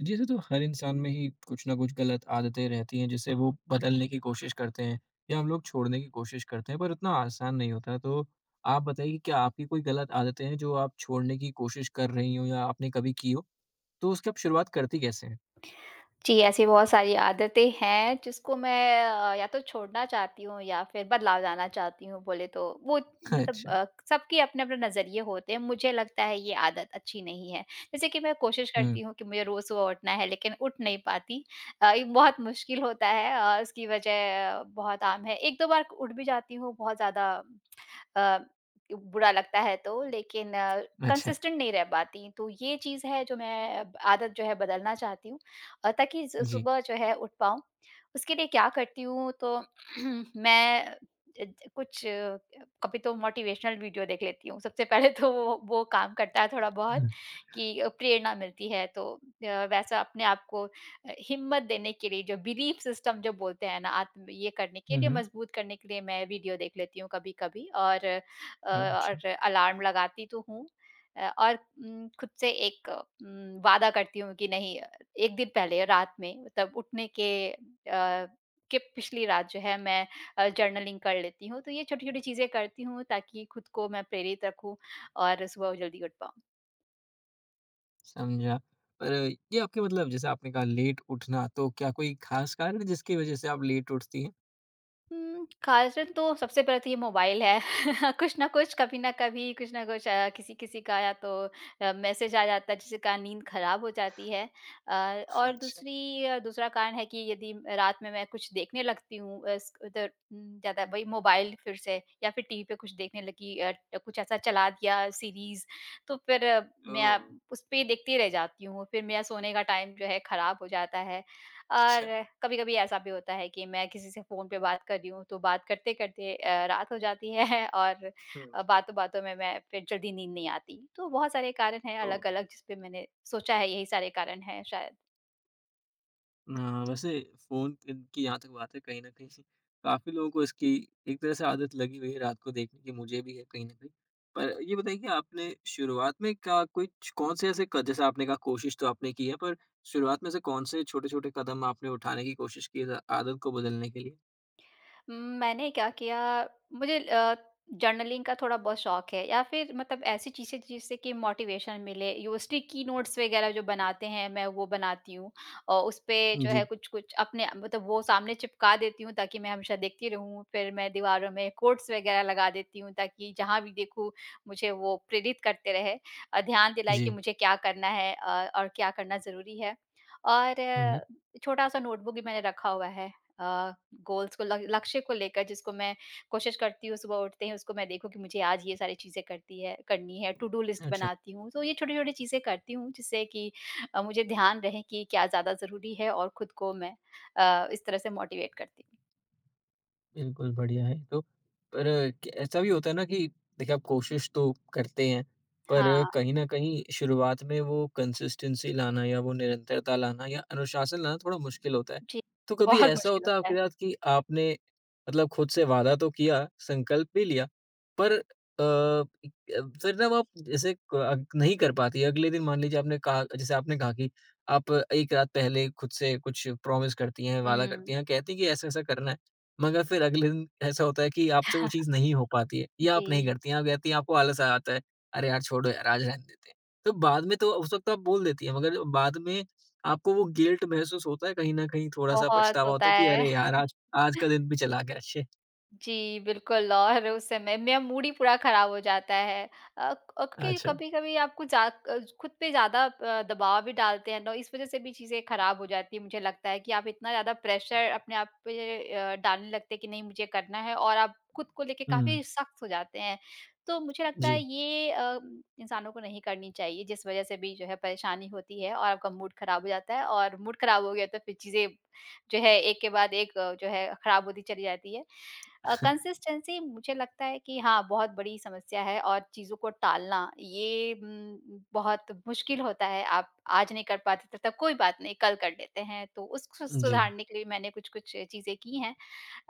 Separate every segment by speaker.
Speaker 1: जैसे तो हर इंसान में ही कुछ ना कुछ गलत आदतें रहती हैं जिसे वो बदलने की कोशिश करते हैं या हम लोग छोड़ने की कोशिश करते हैं पर उतना आसान नहीं होता। तो आप बताइए कि क्या आपकी कोई गलत आदतें हैं जो आप छोड़ने की कोशिश कर रही हो या आपने कभी की हो। तो उसकी आप शुरुआत करती कैसे हैं?
Speaker 2: जी, ऐसी बहुत सारी आदतें हैं जिसको मैं या तो छोड़ना चाहती हूँ या फिर बदलाव लाना चाहती हूँ बोले तो। वो मतलब
Speaker 1: अच्छा।
Speaker 2: सबके अपने-अपने नज़रिए होते हैं, मुझे लगता है ये आदत अच्छी नहीं है। जैसे कि मैं कोशिश
Speaker 1: हम्म।
Speaker 2: करती हूँ कि मुझे रोज़ सुबह उठना है लेकिन उठ नहीं पाती। ये बहुत मुश्किल होता है और उसकी वजह बहुत आम है। 1-2 बार उठ भी जाती हूँ बहुत ज़्यादा अ, बुरा लगता है तो लेकिन
Speaker 1: अच्छा।
Speaker 2: कंसिस्टेंट नहीं रह पाती। तो ये चीज़ है जो मैं आदत जो है बदलना चाहती हूँ। ताकि सु
Speaker 1: जी।
Speaker 2: सुबह जो है उठ पाऊँ। उसके लिए क्या करती हूँ तो मैं ज ज- कुछ कभी तो मोटिवेशनल वीडियो देख लेती हूँ। सबसे पहले तो वो काम करता है थोड़ा बहुत
Speaker 1: हम्म।
Speaker 2: कि प्रेरणा मिलती है तो वैसा अपने आप को हिम्मत देने के लिए जो बिलीफ सिस्टम जो बोलते हैं ना आत्म ये करने के लिए
Speaker 1: हम्म,
Speaker 2: मजबूत करने के लिए मैं वीडियो देख लेती हूँ कभी-कभी और अ,
Speaker 1: अच्छा।
Speaker 2: और अलार्म लगाती तो हूँ। और खुद से एक वादा करती हूँ कि नहीं 1 दिन पहले रात में मतलब उठने के पिछली रात जो है मैं जर्नलिंग कर लेती हूँ। तो ये छोटी-छोटी चीज़ें करती हूँ ताकि खुद को मैं प्रेरित रखूँ और सुबह जल्दी उठ पाऊँ।
Speaker 1: समझा। पर ये आपके मतलब जैसे आपने कहा लेट उठना, तो क्या कोई खास कारण है जिसकी वजह से आप लेट उठती हैं?
Speaker 2: हुँ, कारण तो सबसे पहले तो ये मोबाइल है। कुछ न कुछ, कभी न कभी, कुछ न कुछ किसी-किसी का या तो मैसेज आ जाता है, जिससे कारण नींद खराब हो जाती है। और
Speaker 1: अच्छा।
Speaker 2: दूसरा कारण है कि यदि रात में मैं कुछ देखने लगती हूँ स उधर ज़्यादा वही मोबाइल फिर से या फिर टीवी पे कुछ देखने लगी कुछ ऐसा चला दिया सीरीज़, तो फिर
Speaker 1: ओ।
Speaker 2: मैं उसपे देखती रह जाती हूँ। फिर मेरा सोने का टाइम जो है खराब हो जाता है।
Speaker 1: अच्छा।
Speaker 2: और कभी-कभी ऐसा भी होता है कि मैं किसी से फ़ोन पे बात कर रही हूँ, तो बात करते-करते रात हो जाती है और
Speaker 1: हम्म।
Speaker 2: बातों-बातों में मैं फिर जल्दी नींद नहीं आती। तो बहुत सारे कारण हैं
Speaker 1: ओ।
Speaker 2: अलग-अलग जिस पे मैंने सोचा है यही सारे कारण हैं शायद।
Speaker 1: अ, वैसे फ़ोन इन की जहाँ तक बात है कहीं न कहीं काफ़ी लोगों को इसकी एक तरह से आदत लगी हुई है रात को देखने की, मुझे भी है कहीं न कहीं। पर ये बताइए कि आपने शुरुआत में क्या कुछ कौन-से ऐसे क जैसे आपने कहा कोशिश तो आपने की है, पर शुरुआत में से कौन-से छोटे-छोटे कदम आपने उठाने की कोशिश की इस आदत को बदलने के लिए?
Speaker 2: मैंने क्या किया मुझे जर्नलिंग का थोड़ा बहुत शौक है या फिर मतलब ऐसी चीज़ें जिससे कि मोटिवेशन मिले यूएसडी की नोट्स वगैरह जो बनाते हैं मैं वो बनाती हूँ और उस पे जो है
Speaker 1: जी।
Speaker 2: कुछ कुछ अपने मतलब वो सामने चिपका देती हूँ ताकि मैं हमेशा देखती रहूँ फिर मैं दीवारों में कोट्स वगैरह लगा देती हूँ ताकि जहाँ भी देखूँ मुझे वो प्रेरित करते रहे, ध्यान दिलाए कि
Speaker 1: जी।
Speaker 2: मुझे क्या करना है और क्या करना ज़रूरी है और
Speaker 1: हुँ, हुँ।
Speaker 2: छोटा सा नोटबुक भी मैंने रखा हुआ है गोल्स को लक्ष्य को लेकर जिसको मैं कोशिश करती हूँ सुबह उठते ही उसको मैं देखूँ कि मुझे आज ये सारी चीज़ें करती है करनी है, टू डू लिस्ट
Speaker 1: अच्छा।
Speaker 2: बनाती हूँ, तो ये छोटी छोटी चीज़ें करती हूँ जिससे कि मुझे ध्यान रहे कि क्या ज़्यादा ज़रूरी है और खुद को मैं इस तरह से मोटिवेट करती हूँ।
Speaker 1: बिल्कुल, बढ़िया है ये तो। पर अ, क ऐसा भी होता है ना कि देखिए आप कोशिश तो करते हैं, पर
Speaker 2: हाँ।
Speaker 1: कहीं न कहीं शुरुआत में वो कंसिस्टेंसी लाना या वो निरंतरता लाना या अनुशासन लाना थोड़ा मुश्किल होता है।
Speaker 2: जी।
Speaker 1: तो कभी
Speaker 2: बहुत
Speaker 1: ऐसा
Speaker 2: मुश्किल
Speaker 1: होता है
Speaker 2: होता है।
Speaker 1: आपके साथ कि आपने मतलब खुद से वादा तो किया, संकल्प भी लिया, पर अ, फिर ना वो आप जैसे नहीं कर पाती, अगले दिन मान लीजिए आपने कहा जैसे आपने कहा कि आप 1 रात पहले खुद से कुछ प्रॉमिस करती हैं, वादा
Speaker 2: हम्म।
Speaker 1: करती हैं, कहती हैं कि ऐसा-ऐसा करना है। मगर फिर अगले दिन ऐसा होता है कि आपसे वो चीज़ नहीं हो पाती है या आप नहीं
Speaker 2: जी।
Speaker 1: करती हैं। आप कहती हैं आपको आलस आ जाता है, "अरे यार! छोड़ो यार, आज रहने देते हैं।" तो बाद में तो उस वक़्त आप बोल देती हैं मगर बाद में आपको वो गिल्ट महसूस होता है कहीं न कहीं, थोड़ा-सा
Speaker 2: बहुत
Speaker 1: पछतावा
Speaker 2: होता
Speaker 1: होता है कि
Speaker 2: है।
Speaker 1: अरे यार! आज आज का दिन भी चला गया, शिट!
Speaker 2: जी, बिल्कुल और उस समय मेरा मूड ही पूरा ख़राब हो जाता है। अ, और क्योंकि
Speaker 1: अच्छा।
Speaker 2: कभी-कभी आपको जा खुद पे ज़्यादा दबाव भी डालते हैं ना, इस वज़ह से भी चीज़ें ख़राब हो जाती हैं। मुझे लगता है कि आप इतना ज़्यादा प्रेशर अपने आप पे डालने लगते हैं कि नहीं मुझे करना है और आप खुद को लेके
Speaker 1: हुँ।
Speaker 2: काफ़ी सख्त हो जाते हैं। तो मुझे लगता है
Speaker 1: जी,
Speaker 2: ये इंसानों को नहीं करनी चाहिए जिस वज़ह से भी जो है परेशानी होती है और आपका मूड ख़राब हो जाता है और मूड ख़राब हो गया तो फिर चीज़ें जो है एक के बाद एक जो है ख़राब होती चली जाती है। कंसिस्टेंसी मुझे लगता है कि हाँ, बहुत बड़ी समस्या है और चीज़ों को टालना ये बहुत मुश्किल होता है। आप आज नहीं कर पाते तो तब कोई बात नहीं, कल कर लेते हैं। तो उसको
Speaker 1: जी।
Speaker 2: सुधारने के लिए मैंने कुछ-कुछ चीज़ें की हैं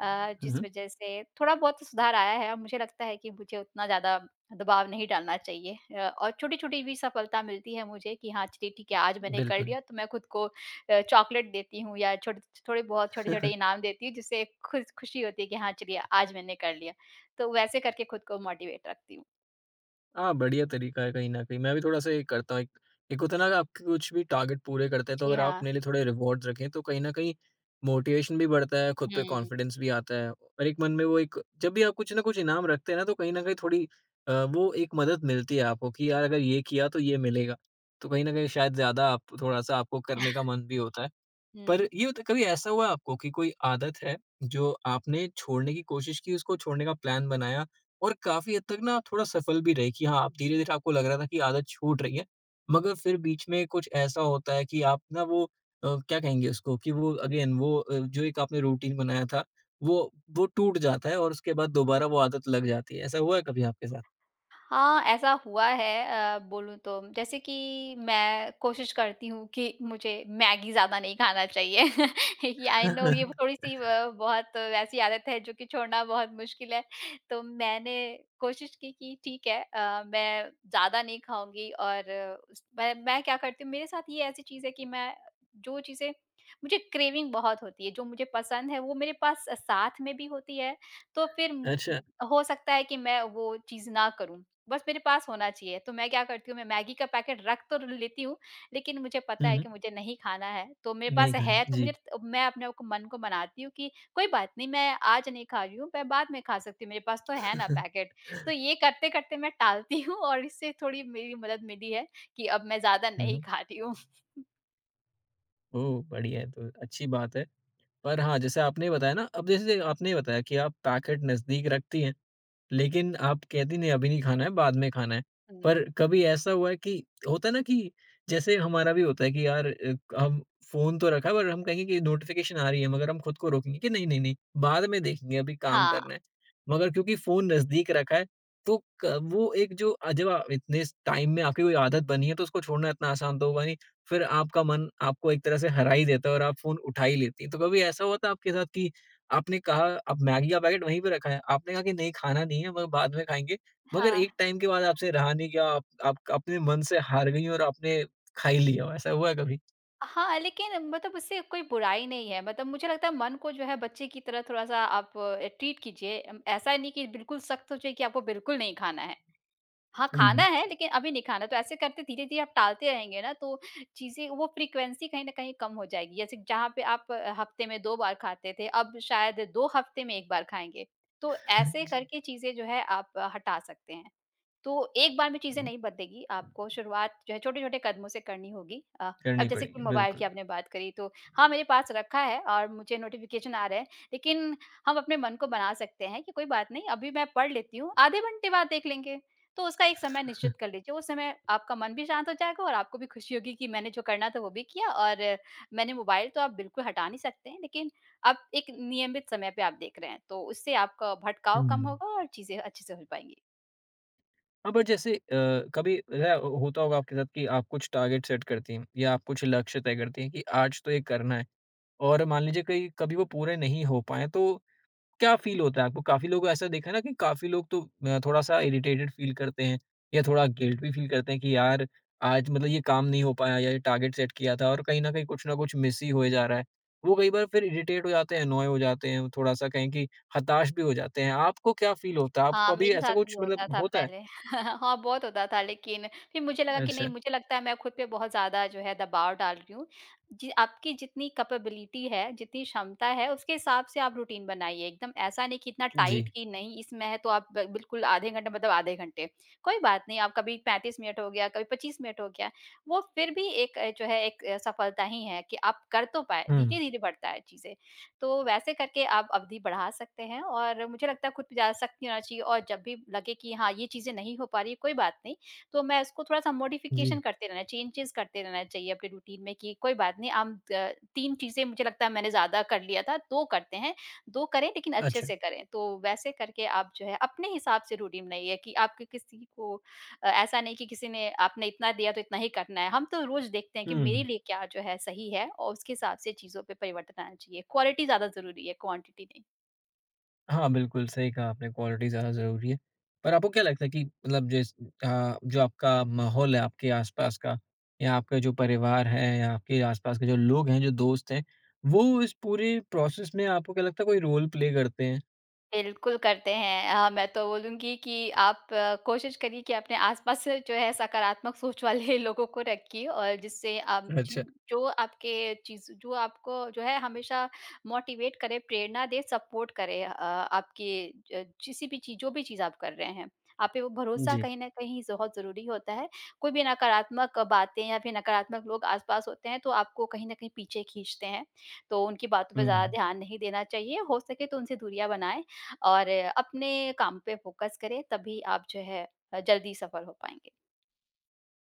Speaker 1: हुँ,
Speaker 2: जिस
Speaker 1: हुँ।
Speaker 2: वज़ह से थोड़ा-बहुत सुधार आया है और मुझे लगता है कि मुझे उतना ज़्यादा दबाव नहीं डालना चाहिए और छोटी-छोटी भी सफलता मिलती है मुझे कि हाँ, चलिए ठीक है, आज मैंने कर
Speaker 1: बिल्कुल।
Speaker 2: लिया तो मैं खुद को चॉकलेट देती हूँ या छोटे थोड़े बहुत छोटे-छोटे इनाम देती हूँ, जिससे खुशी होती है कि हाँ, चलिए आज मैंने कर लिया। तो वैसे करके खुद को मोटिवेट रखती हूँ।
Speaker 1: हाँ, बढ़िया तरीका है कहीं न कहीं। मैं भी थोड़ा-सा ये करता हूँ, एक एक होता है ना कि आपके कुछ भी टारगेट पूरे करते हैं, तो
Speaker 2: जी
Speaker 1: अगर आप
Speaker 2: हाँ।
Speaker 1: अपने लिए थोड़े रिवॉर्ड्स रखें, तो कहीं न कहीं मोटिवेशन भी बढ़ता है, खुद पे
Speaker 2: हुँ,
Speaker 1: कॉन्फिडेंस भी आता है और एक मन में वो एक जब भी आप कुछ ना कुछ इनाम रखते हैं ना, तो कहीं न कहीं थोड़ी वो एक मदद मिलती है आपको कि यार अगर ये किया, तो ये मिलेगा। तो कहीं न कहीं शायद ज़्यादा आप थोड़ा-सा आपको करने का मन भी होता है।
Speaker 2: हुँ।
Speaker 1: पर ये बता कभी ऐसा हुआ आपको कि कोई आदत है जो आपने छोड़ने की कोशिश की, उसको छोड़ने का प्लान बनाया और काफ़ी हद तक ना थोड़ा सफल भी रहे कि हाँ, आप धीरे-धीरे आपको लग रहा था कि आदत छूट रही है, मगर फिर बीच में कुछ ऐसा होता है कि आप ना वो क्या कहेंगे उसको कि वो अगेन वो जो एक आपने रूटीन बनाया था, वो टूट जाता है और उसके बाद दोबारा वो आदत लग जाती है। ऐसा हुआ है कभी आपके साथ?
Speaker 2: हाँ, ऐसा हुआ है बोलूँ तो, जैसे कि मैं कोशिश करती हूँ कि मुझे मैगी ज़्यादा नहीं खाना चाहिए। ये आई नो, ये थोड़ी-सी बहुत वैसी आदत है जो कि छोड़ना बहुत मुश्किल है। तो मैंने कोशिश की कि ठीक है मैं ज़्यादा नहीं खाऊँगी और उस मैं क्या करती हूँ, मेरे साथ ये ऐसी चीज़ है कि मैं जो चीज़ें मुझे क्रेविंग बहुत होती है, जो मुझे पसंद है वो मेरे पास साथ में भी होती है, तो फिर
Speaker 1: अच्छा।
Speaker 2: हो सकता है कि मैं वो चीज़ ना करूँ। बस मेरे पास होना चाहिए। तो मैं क्या करती हूँ, मैं मैगी का पैकेट रख तो लेती हूँ, लेकिन मुझे पता
Speaker 1: हुँ,
Speaker 2: है कि
Speaker 1: हुँ।
Speaker 2: मुझे नहीं खाना है। तो मेरे पास
Speaker 1: नहीं खाना।
Speaker 2: है तो मुझे
Speaker 1: जी।
Speaker 2: मैं अपने आप को मन को मनाती हूँ कि कोई बात नहीं मैं आज नहीं खा रही हूँ, मैं बाद में खा सकती हूँ, मेरे पास तो है ना पैकेट। तो ये करते-करते मैं टालती हूँ और इससे थोड़ी मेरी मदद मिली है कि अब मैं ज़्यादा
Speaker 1: हुँ,
Speaker 2: नहीं
Speaker 1: हुँ।
Speaker 2: खा रही हूँ।
Speaker 1: ओह! बढ़िया है, तो अच्छी बात है। पर हाँ, जैसे आपने बताया ना, अब जैसे आपने बताया कि आप पैकेट नज़दीक रखती हैं, लेकिन आप कहती नहीं अभी नहीं खाना है, बाद में खाना है।
Speaker 2: हुँ।
Speaker 1: पर कभी ऐसा हुआ है कि होता है ना कि जैसे हमारा भी होता है कि यार हम फ़ोन तो रखा है पर हम कहेंगे कि नोटिफ़िकेशन आ रही है, मगर हम खुद को रोकेंगे कि नहीं, नहीं, नहीं बाद में देखेंगे अभी काम करना
Speaker 2: हाँ,
Speaker 1: है। मगर क्योंकि फ़ोन नज़दीक रखा है तो क वो एक जो जब इतने स टाइम में आपकी कोई आदत बनी है तो उसको छोड़ना इतना आसान तो होगा नहीं। फिर आपका मन आपको एक तरह से हरा ही देता है और आप फ़ोन उठा ही लेती हैं। तो कभी ऐसा हुआ था आपके साथ कि आपने कहा अब मैगी का पैकेट वहीं पे रखा है। आपने कहा कि नहीं खाना नहीं है मगर बाद में खाएँगे। मगर
Speaker 2: हाँ।
Speaker 1: एक टाइम के बाद आपसे रहा नहीं गया, आप अपने मन से हार गई और आपने खा ही लिया हो, ऐसा हुआ है कभी?
Speaker 2: हाँ, लेकिन मतलब उससे कोई बुराई नहीं है। मतलब मुझे लगता है मन को जो है बच्चे की तरह थोड़ा-सा आप ट्रीट कीजिए। ऐसा नहीं कि बिल्कुल सख्त हो जाए कि आपको बिल्कुल नहीं खाना है। हाँ,
Speaker 1: हुँ,
Speaker 2: खाना
Speaker 1: हुँ।
Speaker 2: है लेकिन अभी नहीं खाना। तो ऐसे करते धीरे-धीरे आप टालते रहेंगे ना तो चीज़ें वो फ्रीक्वेंसी कहीं न कहीं कम हो जाएगी। जैसे जहाँ पे आप हफ्ते में 2 बार खाते थे, अब शायद 2 हफ्ते में 1 बार खाएँगे। तो ऐसे
Speaker 1: जी।
Speaker 2: करके चीज़ें जो है आप हटा सकते हैं। तो एक बार में चीज़ें नहीं बदलेगी, आपको शुरुआत जो है छोटे-छोटे कदमों से करनी होगी। अब
Speaker 1: करनी
Speaker 2: जैसे कि
Speaker 1: पड़ेगी,
Speaker 2: मोबाइल की
Speaker 1: बिल्कुल।
Speaker 2: आपने बात करी तो हाँ, मेरे पास रखा है और मुझे नोटिफ़िकेशन आ रहे हैं, लेकिन हम अपने मन को बना सकते हैं कि कोई बात नहीं, अभी मैं पढ़ लेती हूँ, आधे घंटे बाद देख लेंगे। तो उसका एक समय निश्चित कर लीजिए, उस समय आपका मन भी शांत हो जाएगा और आपको भी खुशी होगी कि मैंने जो करना था वो भी किया और मैंने मोबाइल तो आप बिल्कुल हटा नहीं सकते हैं, लेकिन आप एक नियमित समय पे आप देख रहे हैं, तो उससे आपका भटकाव कम
Speaker 1: हुँ।
Speaker 2: होगा और चीज़ें अच्छे से हो पाएँगी।
Speaker 1: हाँ, पर जैसे कभी ऐसा होता होगा आपके साथ कि आप कुछ टारगेट सेट करती हैं या आप कुछ लक्ष्य तय करती हैं कि आज तो ये करना है, और मान लीजिए कहीं कभी वो पूरे नहीं हो पाएँ तो क्या फ़ील होता है आपको? काफ़ी लोगों को ऐसा देखा है ना कि काफ़ी लोग तो थोड़ा-सा इरिटेटेड फ़ील करते हैं या थोड़ा गिल्ट भी फ़ील करते हैं कि यार आज मतलब ये काम नहीं हो पाया या ये टारगेट सेट किया था और कहीं न कहीं कुछ न कुछ मिस ही होए जा रहा है। वो कई बार फिर इरिटेट हो जाते हैं, अनॉय हो जाते हैं, थोड़ा-सा कहें कि हताश भी हो जाते हैं। आपको क्या फ़ील होता है?
Speaker 2: हाँ,
Speaker 1: आपको अभी
Speaker 2: मेरे
Speaker 1: ऐसा
Speaker 2: साथ भी
Speaker 1: कुछ
Speaker 2: होता
Speaker 1: मतलब
Speaker 2: था
Speaker 1: होता है?
Speaker 2: पहले। हाँ, बहुत होता था लेकिन फिर मुझे लगा कि नहीं
Speaker 1: अच्छा।
Speaker 2: मुझे लगता है मैं खुद पे बहुत ज़्यादा जो है दबाव डाल रही हूँ। जी, आपकी जितनी कैपेबिलिटी है, जितनी क्षमता है उसके हिसाब से आप रूटीन बनाइए, एकदम ऐसा नहीं कि इतना टाइट
Speaker 1: जी।
Speaker 2: कि नहीं इसमें है तो आप ब बिल्कुल आधे घंटे मतलब आधे घंटे। कोई बात नहीं, आप कभी 35 मिनट हो गया, कभी 25 मिनट हो गया। वो फिर भी एक जो है एक सफलता ही है कि आप कर तो पाए,
Speaker 1: हुँ।
Speaker 2: धीरे-धीरे बढ़ता है चीज़ें। तो वैसे करके आप अवधि बढ़ा सकते हैं और मुझे लगता है खुद पे ज़्यादा सख्त नहीं होना चाहिए और जब भी लगे कि हाँ, ये चीज़ें नहीं हो पा रही है, कोई बात नहीं, तो मैं उसको थोड़ा-सा
Speaker 1: जी।
Speaker 2: मॉडिफ़िकेशन करते रहना, चेंजेज़ करते रहना चाहिए अपने रूटीन में कि कोई बात नहीं हम 3 चीज़ें मुझे लगता है मैंने ज़्यादा कर लिया था, 2 करते हैं, 2 करें लेकिन अच्छे
Speaker 1: अच्छा।
Speaker 2: से करें। तो वैसे करके आप जो है अपने हिसाब से रूटीन बनाइए कि आपके किसी को ऐसा नहीं कि किसी ने आपने इतना दिया तो इतना ही करना है। हम तो रोज़ देखते हैं कि मेरे
Speaker 1: हुँ।
Speaker 2: लिए क्या जो है सही है और उसके हिसाब से चीज़ों पे परिवर्तन आना चाहिए। क्वालिटी ज़्यादा ज़रूरी है, क्वांटिटी नहीं।
Speaker 1: हाँ, बिल्कुल, सही कहा आपने, क्वालिटी ज़्यादा ज़रूरी है। पर आपको क्या लगता है कि मतलब जो आपका माहौल है आपके आस-पास का या आपका जो परिवार है या आपके आस-पास के जो लोग हैं, जो दोस्त हैं, वो इस पूरे प्रोसेस में आपको क्या लगता है कोई रोल प्ले करते हैं?
Speaker 2: बिल्कुल करते हैं। मैं तो बोलूँगी कि आप कोशिश करिए कि अपने आस-पास से जो है सकारात्मक सोच वाले लोगों को रखिए और जिससे आप
Speaker 1: अच्छा।
Speaker 2: जिन जो आपके चीज़ जो आपको जो है हमेशा मोटिवेट करे, प्रेरणा दे, सपोर्ट करे आपकी ज किसी भी चीज़ जो भी चीज़ आप कर रहे हैं। आप पे वो भरोसा
Speaker 1: जी।
Speaker 2: कहीं न कहीं बहुत ज़रूरी होता है। कोई भी नकारात्मक बातें या फिर नकारात्मक लोग आस-पास होते हैं तो आपको कहीं न कहीं पीछे खींचते हैं। तो उनकी बातों पे
Speaker 1: हुँ,
Speaker 2: ज़्यादा
Speaker 1: हुँ।
Speaker 2: ध्यान नहीं देना चाहिए। हो सके तो उनसे दूरियाँ बनाएँ। और अपने काम पे फ़ोकस करें, तभी आप जो है जल्दी सफल हो पाएँगे।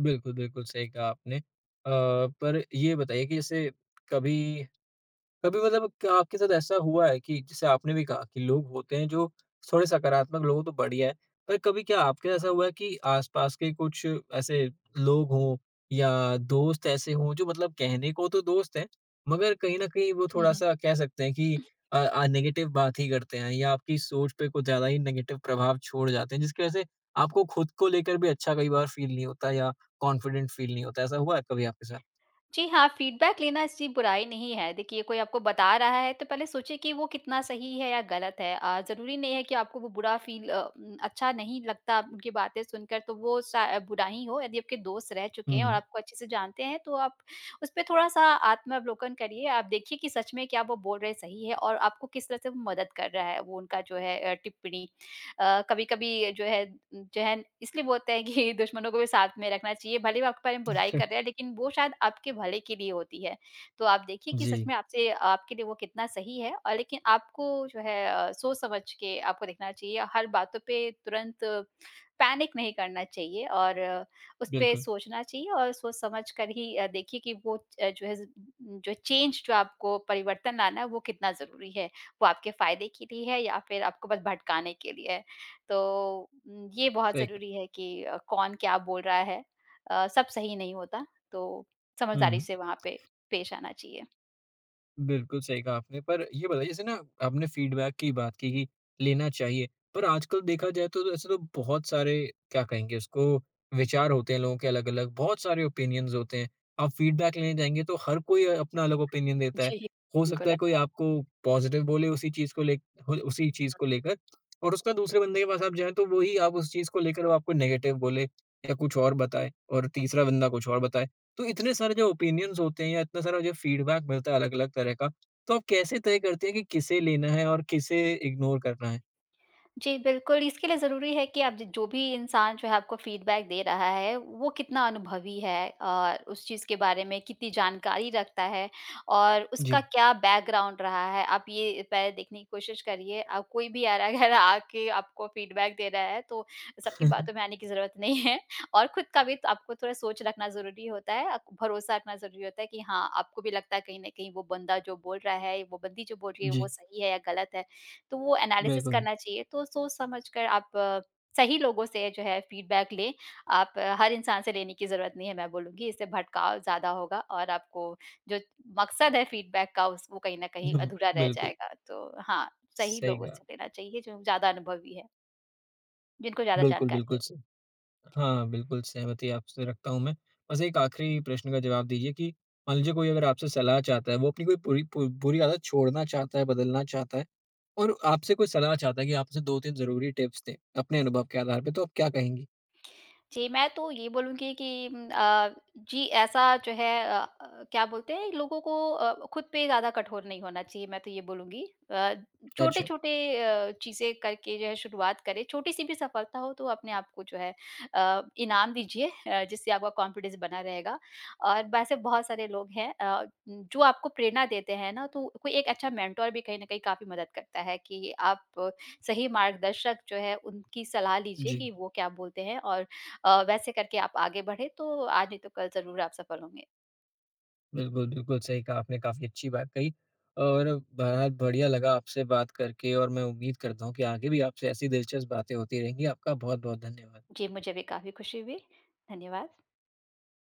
Speaker 1: बिल्कुल, बिल्कुल सही कहा आपने। पर ये बताइए कि जैसे कभी कभी मतलब क्या आपके साथ ऐसा हुआ है कि जैसे आपने भी कहा कि लोग होते हैं जो थोड़े सकारात्मक लोग हो तो बढ़िया है, पर कभी क्या आपके साथ ऐसा हुआ है कि आसपास के कुछ ऐसे लोग हों या दोस्त ऐसे हों जो मतलब कहने को तो दोस्त हैं, मगर कहीं न कहीं वो
Speaker 2: हुँ, हुँ।
Speaker 1: थोड़ा-सा कह सकते हैं कि नेगेटिव बात ही करते हैं या आपकी सोच पे कुछ ज़्यादा ही नेगेटिव प्रभाव छोड़ जाते हैं, जिसकी वजह से आपको खुद को लेकर भी अच्छा कई बार फील नहीं होता या कॉन्फिडेंट फील नहीं होता, ऐसा हुआ है कभी आपके साथ?
Speaker 2: जी हाँ, फीडबैक लेना इसकी बुराई नहीं है। देखिए कोई आपको बता रहा है तो पहले सोचिए कि वो कितना सही है या गलत है। ज़रूरी नहीं है कि आपको वो बुरा फ़ील अच्छा नहीं लगता उनकी बातें सुनकर तो वो सा बुरा ही हो। यदि आपके दोस्त रह चुके हैं और
Speaker 1: हुँ।
Speaker 2: आपको अच्छे से जानते हैं तो आप उस पे थोड़ा-सा आत्मावलोकन करिए। आप देखिए कि सच में क्या वो बोल रहे सही है और आपको किस तरह से वो मदद कर रहा है वो उनका जो है टिप्पणी। कभी-कभी जो है जो है इसलिए बोलते हैं कि दुश्मनों को भी साथ में रखना चाहिए, भले ही वो आपके बारे में बुराई कर रहे हैं, लेकिन वो शायद आपके भले के लिए होती है। तो आप देखिए कि सच
Speaker 1: जी,
Speaker 2: में आपसे आपके लिए वो कितना सही है और लेकिन आपको जो है सोच समझ के आपको देखना चाहिए, हर बातों पे तुरंत पैनिक नहीं करना चाहिए और उस पे
Speaker 1: बिल्कुल,
Speaker 2: सोचना चाहिए और सोच समझ कर ही देखिए कि वो जो है ज़ जो चेंज जो आपको परिवर्तन लाना है, वो कितना ज़रूरी है। वो आपके फ़ायदे के लिए है या फिर आपको बस भटकाने के लिए है। तो ये बहुत
Speaker 1: सही कहा।
Speaker 2: ज़रूरी है कि कौन क्या बोल रहा है। सब सही नहीं होता, तो समझदारी
Speaker 1: हुँ।
Speaker 2: से वहाँ पे पेश आना चाहिए।
Speaker 1: बिल्कुल सही कहा आपने। पर ये बताइए जैसे ना आपने फीडबैक की बात की कि लेना चाहिए। पर आजकल देखा जाए तो ऐसे तो बहुत सारे क्या कहेंगे उसको विचार होते हैं लोगों के अलग-अलग, बहुत सारे ओपिनियंस होते हैं। आप फीडबैक लेने जाएँगे तो हर कोई अपना अलग ओपिनियन देता है।
Speaker 2: जी,
Speaker 1: हो
Speaker 2: बिल्कुल
Speaker 1: सकता है कोई
Speaker 2: ऐसा
Speaker 1: आपको पॉज़िटिव बोले उसी चीज़ को ले हो उसी चीज़ को लेकर और उसका दूसरे बंदे के पास आप जाएँ तो वही आप उस चीज़ को लेकर वो आपको नेगेटिव बोले या कुछ और बताए और तीसरा बंदा कुछ और बताए। तो इतने सारे जो ओपिनियंस होते हैं या इतना सारा जो फीडबैक मिलता है अलग-अलग तरह का, तो आप कैसे तय करते हैं कि किसे लेना है और किसे इग्नोर करना है?
Speaker 2: जी, बिल्कुल, इसके लिए ज़रूरी है कि आप ज जो भी इंसान जो है आपको फ़ीडबैक दे रहा है, वो कितना अनुभवी है और उस चीज़ के बारे में कितनी जानकारी रखता है और उसका
Speaker 1: जी।
Speaker 2: क्या बैकग्राउंड रहा है, आप ये पहले देखने की कोशिश करिए। आप कोई भी आरा गहरा आके आपको फ़ीडबैक दे रहा है, तो सबकी बातों में आने की ज़रूरत नहीं है और खुद का भी तो आपको थोड़ा सोच रखना ज़रूरी होता है, आपको भरोसा रखना ज़रूरी होता है कि हाँ, आपको भी लगता है कहीं न कहीं वो बंदा जो बोल रहा है, वो बंदी जो बोल रही है, वो
Speaker 1: जी,
Speaker 2: सही है या गलत है। तो वो एनालिसिस
Speaker 1: बिल्कुल।
Speaker 2: करना चाहिए, तो सोच समझ कर आप सही लोगों से जो है फीडबैक लें। आप हर इंसान से लेने की ज़रूरत नहीं है मैं बोलूँगी, इससे भटकाव ज़्यादा होगा और आपको जो मकसद है फीडबैक का उस वो कहीं न कहीं
Speaker 1: हुँ,
Speaker 2: अधूरा रह
Speaker 1: बिल्कुल।
Speaker 2: जाएगा। तो हाँ, सही
Speaker 1: सही
Speaker 2: लोगों
Speaker 1: कहा।
Speaker 2: से लेना चाहिए जो ज़्यादा अनुभवी है, जिनको ज़्यादा
Speaker 1: बिल्कुल,
Speaker 2: जानकारी
Speaker 1: बिल्कुल
Speaker 2: है।
Speaker 1: स हाँ, बिल्कुल सहमति आपसे रखता हूँ मैं। बस एक आखिरी प्रश्न का जवाब दीजिए कि मान लीजिए कोई अगर आपसे सलाह चाहता है, वो अपनी कोई बुरी पु बुरी आदत छोड़ना चाहता है, बदलना चाहता है और आपसे कोई सलाह चाहता है कि आप उसे 2-3 ज़रूरी टिप्स दें, अपने अनुभव के आधार पे, तो आप क्या कहेंगी?
Speaker 2: जी, मैं तो ये बोलूँगी कि उम, अ, जी ऐसा जो है क्या बोलते हैं लोगों को खुद पे ज़्यादा कठोर नहीं होना चाहिए, मैं तो ये बोलूँगी। अ,
Speaker 1: अच्छा,
Speaker 2: छोटे-छोटे चीज़ें करके जो है शुरुआत करें, छोटी-सी भी सफलता हो तो अपने आप को जो है इनाम दीजिए जिससे आपका कॉन्फिडेंस बना रहेगा। और वैसे बहुत सारे लोग हैं जो आपको प्रेरणा देते हैं ना, तो कोई एक अच्छा मेंटर भी कहीं न कहीं काफ़ी मदद करता है कि आप सही मार्गदर्शक जो है उनकी सलाह लीजिए
Speaker 1: जी।
Speaker 2: कि वो क्या बोलते हैं और वैसे करके आप आगे बढ़े तो आज नहीं तो कल ज़रूर आप सफल होंगे।
Speaker 1: बिल्कुल, बिल्कुल सही कहा आपने, काफ़ी अच्छी बात कही और बहुत बढ़िया लगा आपसे बात करके और मैं उम्मीद करता हूँ कि आगे भी आपसे ऐसी दिलचस्प बातें होती रहेंगी। आपका बहुत-बहुत धन्यवाद।
Speaker 2: जी, मुझे भी काफ़ी खुशी हुई। धन्यवाद।